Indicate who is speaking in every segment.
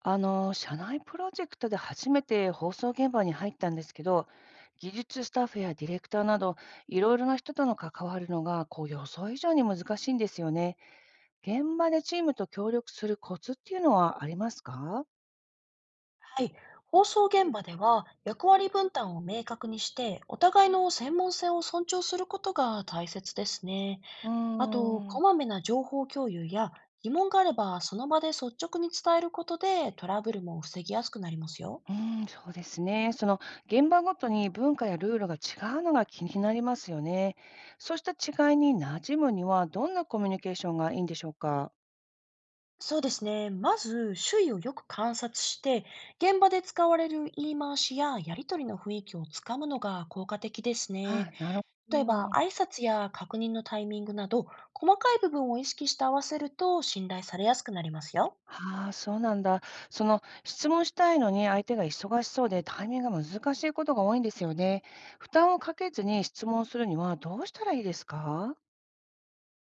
Speaker 1: 社内プロジェクトで初めて放送現場に入ったんですけど、技術スタッフやディレクターなど、いろいろな人との関わるのが、予想以上に難しいんですよね。現場でチームと協力するコツっていうのはありますか？
Speaker 2: はい。放送現場では役割分担を明確にして、お互いの専門性を尊重することが大切ですね。
Speaker 1: うー
Speaker 2: あと、
Speaker 1: ん、
Speaker 2: こ
Speaker 1: う
Speaker 2: まめな情報共有や疑問があれば、その場で率直に伝えることでトラブルも防ぎやすくなりますよ。
Speaker 1: ーん、そうですね。現場ごとに文化やルールが違うのが気になりますよね。そうした違いに馴染むには、どんなコミュニケーションがいいんでしょうか？
Speaker 2: そうですね。まず、周囲をよく観察して、現場で使われる言い回しややりとりの雰囲気をつかむのが効果的ですね。
Speaker 1: あ、なるほ
Speaker 2: 例えば、
Speaker 1: ど。
Speaker 2: 挨拶や確認のタイミングなど、細かい部分を意識して合わせると信頼されやすくなりますよ。
Speaker 1: ああ、そうなんだ。質問したいのに相手が忙しそうでタイミングが難しいことが多いんですよね。負担をかけずに質問するにはどうしたらいいですか？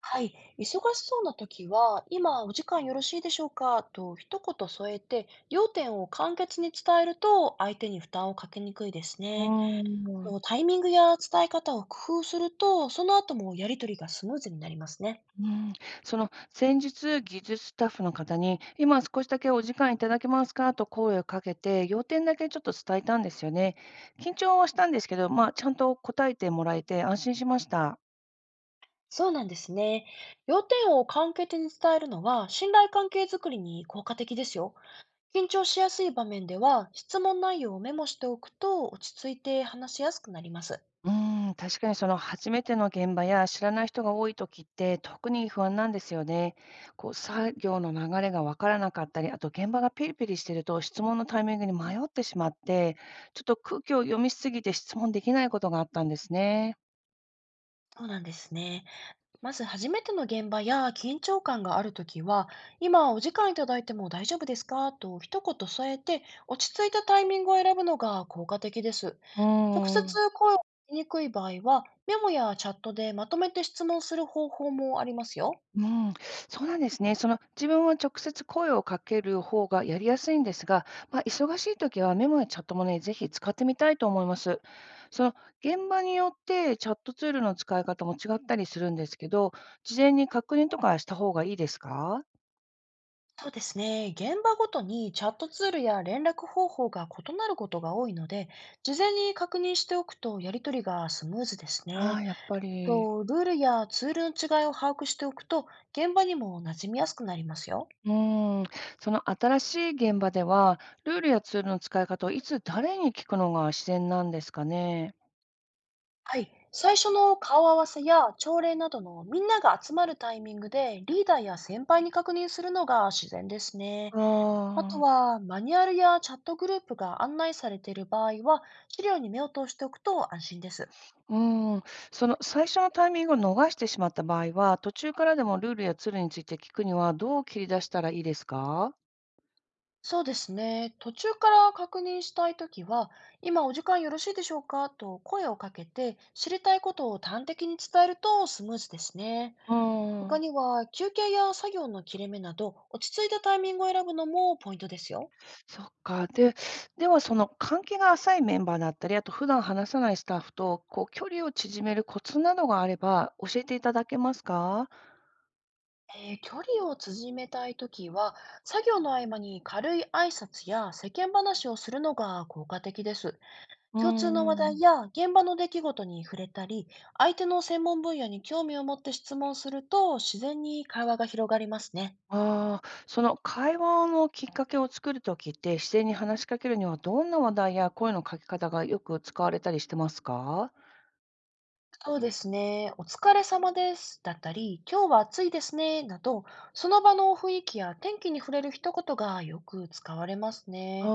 Speaker 2: はい。忙しそうな時は、今お時間よろしいでしょうかと一言添えて、要点を簡潔に伝えると相手に負担をかけにくいです
Speaker 1: う
Speaker 2: ね。
Speaker 1: ー
Speaker 2: あ
Speaker 1: ん。
Speaker 2: とタイミングや伝え方を工夫すると、その後もやりとりがスムーズになりますね。
Speaker 1: うん、先日、技術スタッフの方に、今少しだけお時間いただけますかと声をかけて、要点だけちょっと伝えたんですよね。緊張はしたんですけど、まあ、ちゃんと答えてもらえて安心しました。
Speaker 2: そうなんですね。要点を簡潔に伝えるのは、信頼関係づくりに効果的ですよ。緊張しやすい場面では、質問内容をメモしておくと落ち着いて話しやすくなります。
Speaker 1: うーん、確かに初めての現場や知らない人が多い時って特に不安なんですよね。作業の流れが分からなかったり、あと現場がピリピリしてると質問のタイミングに迷ってしまって、ちょっと空気を読みすぎて質問できないことがあったんですね。
Speaker 2: そうなんですね。まず初めての現場や緊張感があるときは、今お時間いただいても大丈夫ですかと一言添えて、落ち着いたタイミングを選ぶのが効果的です。
Speaker 1: う
Speaker 2: 直接
Speaker 1: ーん。
Speaker 2: 声をかけにくい場合は、メモやチャットでまとめて質問する方法もありますよ。
Speaker 1: うん、そうなんですね。自分は直接声をかける方がやりやすいんですが、まあ、忙しい時はメモやチャットもね、ぜひ使ってみたいと思います。その、現場によってチャットツールの使い方も違ったりするんですけど、事前に確認とかした方がいいですか？
Speaker 2: そうですね。現場ごとにチャットツールや連絡方法が異なることが多いので、事前に確認しておくとやり取りがスムーズです
Speaker 1: あ
Speaker 2: ね。
Speaker 1: あ、やっぱり。
Speaker 2: と、ルールやツールの違いを把握しておくと、現場にも馴染みやすくなりますよ。
Speaker 1: うん。新しい現場では、ルールやツールの使い方をいつ誰に聞くのが自然なんですかね？
Speaker 2: はい。最初の顔合わせや朝礼などのみんなが集まるタイミングでリーダーや先輩に確認するのが自然ですね。
Speaker 1: あ
Speaker 2: あと
Speaker 1: あ。
Speaker 2: はマニュアルやチャットグループが案内されている場合は、資料に目を通しておくと安心です。
Speaker 1: うーん、最初のタイミングを逃してしまった場合は、途中からでもルールやツールについて聞くにはどう切り出したらいいですか？
Speaker 2: そうですね。途中から確認したいときは、今お時間よろしいでしょうかと声をかけて、知りたいことを端的に伝えるとスムーズですね。
Speaker 1: うー
Speaker 2: 他
Speaker 1: ん。
Speaker 2: には、休憩や作業の切れ目など、落ち着いたタイミングを選ぶのもポイントですよ。
Speaker 1: そっか。で、では関係が浅いメンバーだったり、あと普段話さないスタッフと距離を縮めるコツなどがあれば教えていただけますか？
Speaker 2: 距離を縮めたいときは、作業の合間に軽い挨拶や世間話をするのが効果的です。
Speaker 1: うー
Speaker 2: 共通の話題
Speaker 1: ん。
Speaker 2: や現場の出来事に触れたり、相手の専門分野に興味を持って質問すると、自然に会話が広がりますね。
Speaker 1: ああ、会話のきっかけを作るときって、自然に話しかけるにはどんな話題や声のかけ方がよく使われたりしてますか？
Speaker 2: そうですね。お疲れ様です、だったり、今日は暑いですね、など、その場の雰囲気や天気に触れる一言がよく使われますね。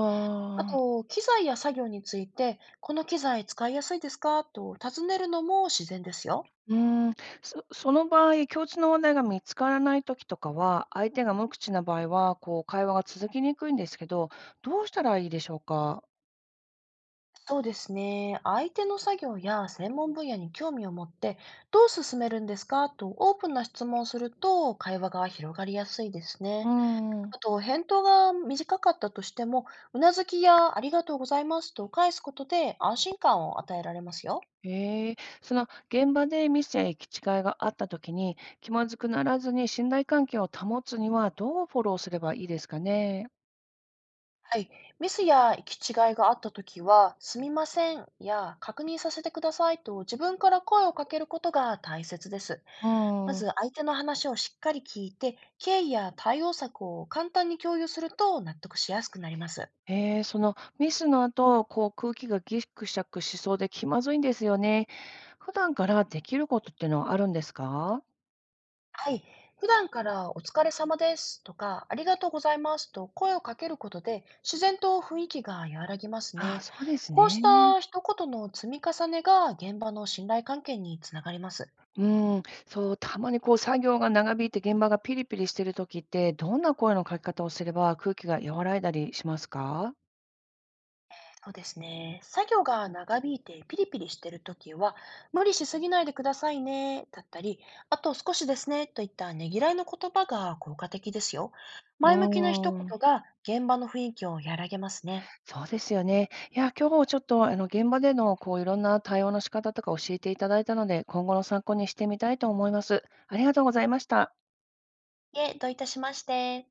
Speaker 2: あ
Speaker 1: あー。
Speaker 2: と、機材や作業について、この機材使いやすいですかと尋ねるのも自然ですよ。
Speaker 1: うーん、その場合、共通の話題が見つからない時とかは、相手が無口な場合は、会話が続きにくいんですけど、どうしたらいいでしょうか？
Speaker 2: そうですね。相手の作業や専門分野に興味を持って、どう進めるんですかとオープンな質問をすると、会話が広がりやすいです
Speaker 1: うー
Speaker 2: ね。
Speaker 1: ん。
Speaker 2: あと、返答が短かったとしても、うなずきやありがとうございますと返すことで安心感を与えられますよ。
Speaker 1: へえ。現場でミスや行き違いがあった時に、気まずくならずに信頼関係を保つには、どうフォローすればいいですかね？
Speaker 2: はい。ミスや行き違いがあったときは、すみませんや確認させてくださいと自分から声をかけることが大切です。
Speaker 1: う
Speaker 2: ま
Speaker 1: ーん。
Speaker 2: ず相手の話をしっかり聞いて、経緯や対応策を簡単に共有すると納得しやすくなります。
Speaker 1: へえー、ミスの後、空気がギクシャクしそうで気まずいんですよね。普段からできることってのはあるんですか？
Speaker 2: はい。普段からお疲れ様ですとか、ありがとうございますと声をかけることで、自然と雰囲気が和らぎます
Speaker 1: ああ、
Speaker 2: ね。
Speaker 1: そうです
Speaker 2: こうし
Speaker 1: ね。
Speaker 2: た一言の積み重ねが現場の信頼関係につながります。
Speaker 1: うん、そう、たまに作業が長引いて現場がピリピリしてる時って、どんな声のかけ方をすれば空気が和らいだりしますか？
Speaker 2: そうですね。作業が長引いてピリピリしてるときは、無理しすぎないでくださいね、だったり、あと少しですね、といったねぎらいの言葉が効果的ですよ。
Speaker 1: う
Speaker 2: 前向きな一
Speaker 1: ーん、
Speaker 2: 言が現場の雰囲気を和らげますね。
Speaker 1: そうですよね。いや、今日ちょっとあの現場でのいろんな対応の仕方とか教えていただいたので、今後の参考にしてみたいと思います。ありがとうございました。
Speaker 2: いえ、どういたしまして。